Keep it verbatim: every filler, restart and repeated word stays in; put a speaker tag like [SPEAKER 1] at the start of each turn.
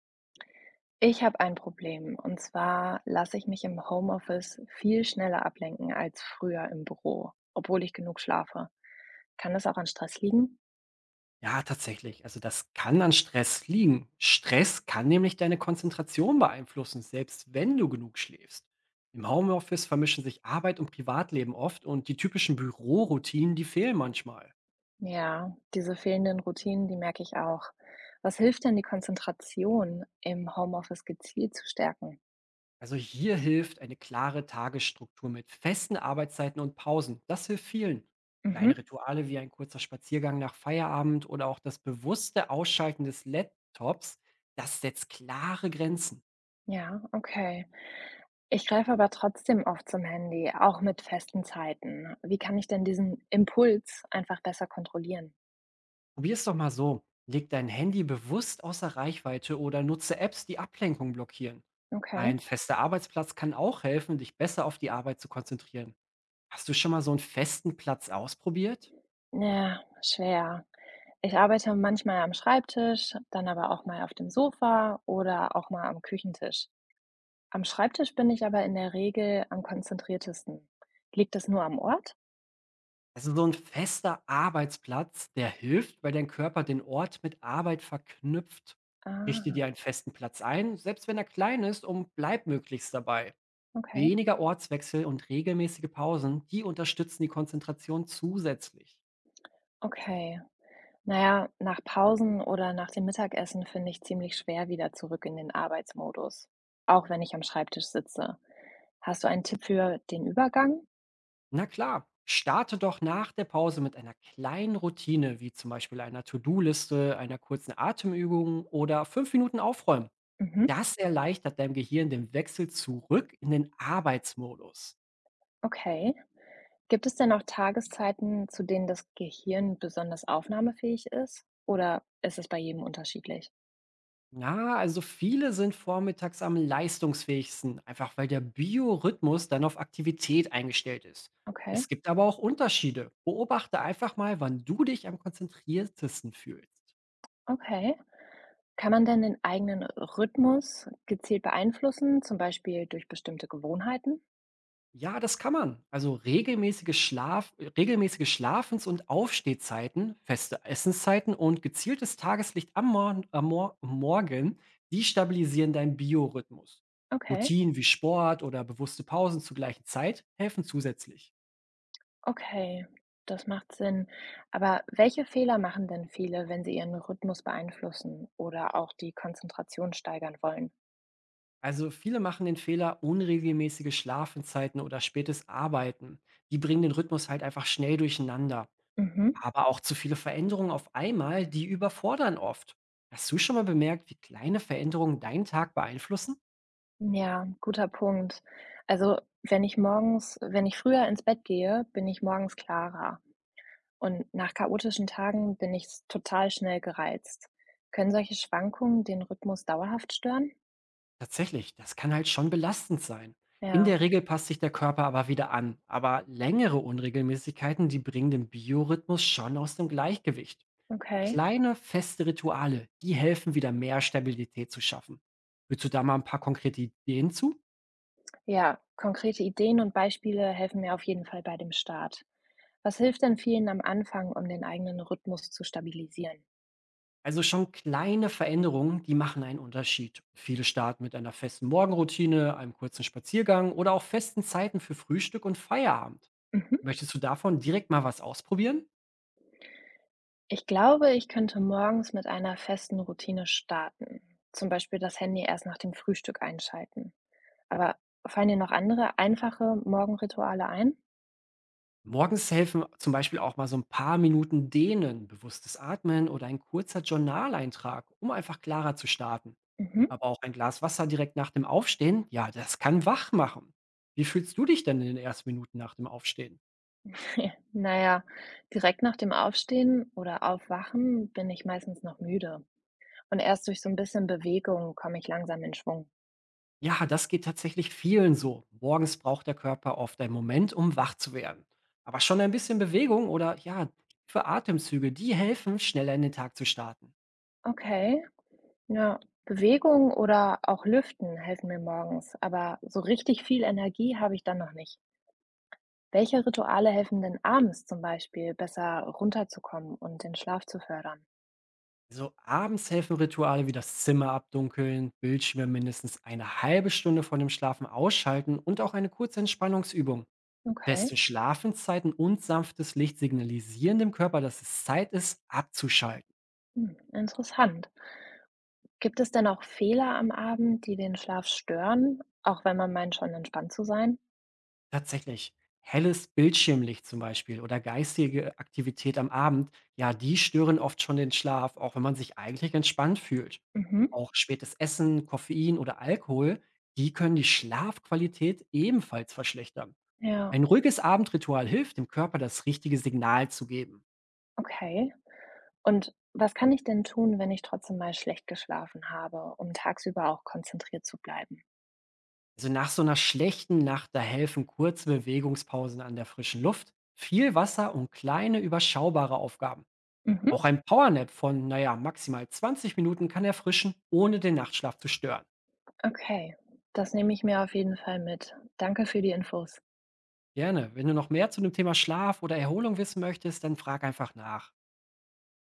[SPEAKER 1] Ich habe ein Problem und zwar lasse ich mich im Homeoffice viel schneller ablenken als früher im Büro, obwohl ich genug schlafe. Kann das auch an Stress liegen?
[SPEAKER 2] Ja, tatsächlich. Also das kann an Stress liegen. Stress kann nämlich deine Konzentration beeinflussen, selbst wenn du genug schläfst. Im Homeoffice vermischen sich Arbeit und Privatleben oft und die typischen Büroroutinen, die fehlen manchmal.
[SPEAKER 1] Ja, diese fehlenden Routinen, die merke ich auch. Was hilft denn, die Konzentration im Homeoffice gezielt zu stärken?
[SPEAKER 2] Also hier hilft eine klare Tagesstruktur mit festen Arbeitszeiten und Pausen. Das hilft vielen.
[SPEAKER 1] Mhm.
[SPEAKER 2] Kleine Rituale wie ein kurzer Spaziergang nach Feierabend oder auch das bewusste Ausschalten des Laptops, das setzt klare Grenzen.
[SPEAKER 1] Ja, okay. Ich greife aber trotzdem oft zum Handy, auch mit festen Zeiten. Wie kann ich denn diesen Impuls einfach besser kontrollieren?
[SPEAKER 2] Probier's doch mal so. Leg dein Handy bewusst außer Reichweite oder nutze Apps, die Ablenkung blockieren.
[SPEAKER 1] Okay.
[SPEAKER 2] Ein fester Arbeitsplatz kann auch helfen, dich besser auf die Arbeit zu konzentrieren. Hast du schon mal so einen festen Platz ausprobiert?
[SPEAKER 1] Ja, schwer. Ich arbeite manchmal am Schreibtisch, dann aber auch mal auf dem Sofa oder auch mal am Küchentisch. Am Schreibtisch bin ich aber in der Regel am konzentriertesten. Liegt das nur am Ort?
[SPEAKER 2] Also so ein fester Arbeitsplatz, der hilft, weil dein Körper den Ort mit Arbeit verknüpft. Richte
[SPEAKER 1] Ah,
[SPEAKER 2] dir einen festen Platz ein, selbst wenn er klein ist, und bleib möglichst dabei.
[SPEAKER 1] okay.
[SPEAKER 2] Weniger Ortswechsel und regelmäßige Pausen, die unterstützen die Konzentration zusätzlich.
[SPEAKER 1] Okay. Naja, nach Pausen oder nach dem Mittagessen finde ich ziemlich schwer wieder zurück in den Arbeitsmodus, auch wenn ich am Schreibtisch sitze. Hast du einen Tipp für den Übergang?
[SPEAKER 2] Na klar, starte doch nach der Pause mit einer kleinen Routine, wie zum Beispiel einer To-do-Liste, einer kurzen Atemübung oder fünf Minuten Aufräumen.
[SPEAKER 1] Mhm,
[SPEAKER 2] Das erleichtert deinem Gehirn den Wechsel zurück in den Arbeitsmodus.
[SPEAKER 1] okay. Gibt es denn auch Tageszeiten, zu denen das Gehirn besonders aufnahmefähig ist? Oder ist es bei jedem unterschiedlich?
[SPEAKER 2] Ja, also viele sind vormittags am leistungsfähigsten, einfach weil der Biorhythmus dann auf Aktivität eingestellt ist.
[SPEAKER 1] Okay,
[SPEAKER 2] Es gibt aber auch Unterschiede. Beobachte einfach mal, wann du dich am konzentriertesten fühlst.
[SPEAKER 1] okay. Kann man denn den eigenen Rhythmus gezielt beeinflussen, zum Beispiel durch bestimmte Gewohnheiten?
[SPEAKER 2] Ja, das kann man. Also regelmäßige Schlaf, äh, regelmäßige Schlafens- und Aufstehzeiten, feste Essenszeiten und gezieltes Tageslicht am, Morgen, am Mor Morgen, die stabilisieren deinen Biorhythmus.
[SPEAKER 1] Okay,
[SPEAKER 2] Routinen wie Sport oder bewusste Pausen zur gleichen Zeit helfen zusätzlich.
[SPEAKER 1] okay, das macht Sinn. Aber welche Fehler machen denn viele, wenn sie ihren Rhythmus beeinflussen oder auch die Konzentration steigern wollen?
[SPEAKER 2] Also viele machen den Fehler, unregelmäßige Schlafenzeiten oder spätes Arbeiten. Die bringen den Rhythmus halt einfach schnell durcheinander.
[SPEAKER 1] Mhm.
[SPEAKER 2] Aber auch zu viele Veränderungen auf einmal, die überfordern oft. Hast du schon mal bemerkt, wie kleine Veränderungen deinen Tag beeinflussen?
[SPEAKER 1] Ja, guter Punkt. Also, wenn ich morgens wenn ich früher ins Bett gehe, bin ich morgens klarer. Und nach chaotischen Tagen bin ich s total schnell gereizt. Können solche Schwankungen den Rhythmus dauerhaft stören?
[SPEAKER 2] Tatsächlich, das kann halt schon belastend sein. In
[SPEAKER 1] Ja,
[SPEAKER 2] der Regel passt sich der Körper aber wieder an. Aber längere Unregelmäßigkeiten, die bringen den Biorhythmus schon aus dem Gleichgewicht.
[SPEAKER 1] okay.
[SPEAKER 2] Kleine, feste Rituale, die helfen, wieder mehr Stabilität zu schaffen. Willst du da mal ein paar konkrete Ideen zu?
[SPEAKER 1] Ja, konkrete Ideen und Beispiele helfen mir auf jeden Fall bei dem Start. Was hilft denn vielen am Anfang, um den eigenen Rhythmus zu stabilisieren?
[SPEAKER 2] Also schon kleine Veränderungen, die machen einen Unterschied. Viele starten mit einer festen Morgenroutine, einem kurzen Spaziergang oder auch festen Zeiten für Frühstück und Feierabend.
[SPEAKER 1] Mhm.
[SPEAKER 2] Möchtest du davon direkt mal was ausprobieren?
[SPEAKER 1] Ich glaube, ich könnte morgens mit einer festen Routine starten, zum Beispiel das Handy erst nach dem Frühstück einschalten. Aber fallen dir noch andere einfache Morgenrituale ein?
[SPEAKER 2] Morgens helfen zum Beispiel auch mal so ein paar Minuten Dehnen, bewusstes Atmen oder ein kurzer Journaleintrag, um einfach klarer zu starten.
[SPEAKER 1] Mhm.
[SPEAKER 2] Aber auch ein Glas Wasser direkt nach dem Aufstehen, ja, das kann wach machen. Wie fühlst du dich denn in den ersten Minuten nach dem Aufstehen?
[SPEAKER 1] Na ja, direkt nach dem Aufstehen oder Aufwachen bin ich meistens noch müde. Und erst durch so ein bisschen Bewegung komme ich langsam in Schwung.
[SPEAKER 2] Ja, das geht tatsächlich vielen so. Morgens braucht der Körper oft einen Moment, um wach zu werden. Aber schon ein bisschen Bewegung oder ja, tiefe Atemzüge, die helfen, schneller in den Tag zu starten.
[SPEAKER 1] Okay, ja. Bewegung oder auch Lüften helfen mir morgens, aber so richtig viel Energie habe ich dann noch nicht. Welche Rituale helfen denn abends zum Beispiel, besser runterzukommen und den Schlaf zu fördern?
[SPEAKER 2] So abends helfen Rituale wie das Zimmer abdunkeln, Bildschirme mindestens eine halbe Stunde vor dem Schlafen ausschalten und auch eine kurze Entspannungsübung.
[SPEAKER 1] Okay,
[SPEAKER 2] Festen Schlafenszeiten und sanftes Licht signalisieren dem Körper, dass es Zeit ist, abzuschalten.
[SPEAKER 1] hm, interessant. Gibt es denn auch Fehler am Abend, die den Schlaf stören, auch wenn man meint, schon entspannt zu sein?
[SPEAKER 2] Tatsächlich. Helles Bildschirmlicht zum Beispiel oder geistige Aktivität am Abend, ja, die stören oft schon den Schlaf, auch wenn man sich eigentlich entspannt fühlt.
[SPEAKER 1] Mhm.
[SPEAKER 2] Auch spätes Essen, Koffein oder Alkohol, die können die Schlafqualität ebenfalls verschlechtern.
[SPEAKER 1] Ja,
[SPEAKER 2] Ein ruhiges Abendritual hilft, dem Körper das richtige Signal zu geben.
[SPEAKER 1] okay. Und was kann ich denn tun, wenn ich trotzdem mal schlecht geschlafen habe, um tagsüber auch konzentriert zu bleiben?
[SPEAKER 2] Also nach so einer schlechten Nacht, da helfen kurze Bewegungspausen an der frischen Luft, viel Wasser und kleine überschaubare Aufgaben.
[SPEAKER 1] Mhm.
[SPEAKER 2] Auch ein Powernap von, naja, maximal zwanzig Minuten kann erfrischen, ohne den Nachtschlaf zu stören.
[SPEAKER 1] Okay, das nehme ich mir auf jeden Fall mit. Danke für die Infos.
[SPEAKER 2] Gerne. Wenn du noch mehr zu dem Thema Schlaf oder Erholung wissen möchtest, dann frag einfach nach.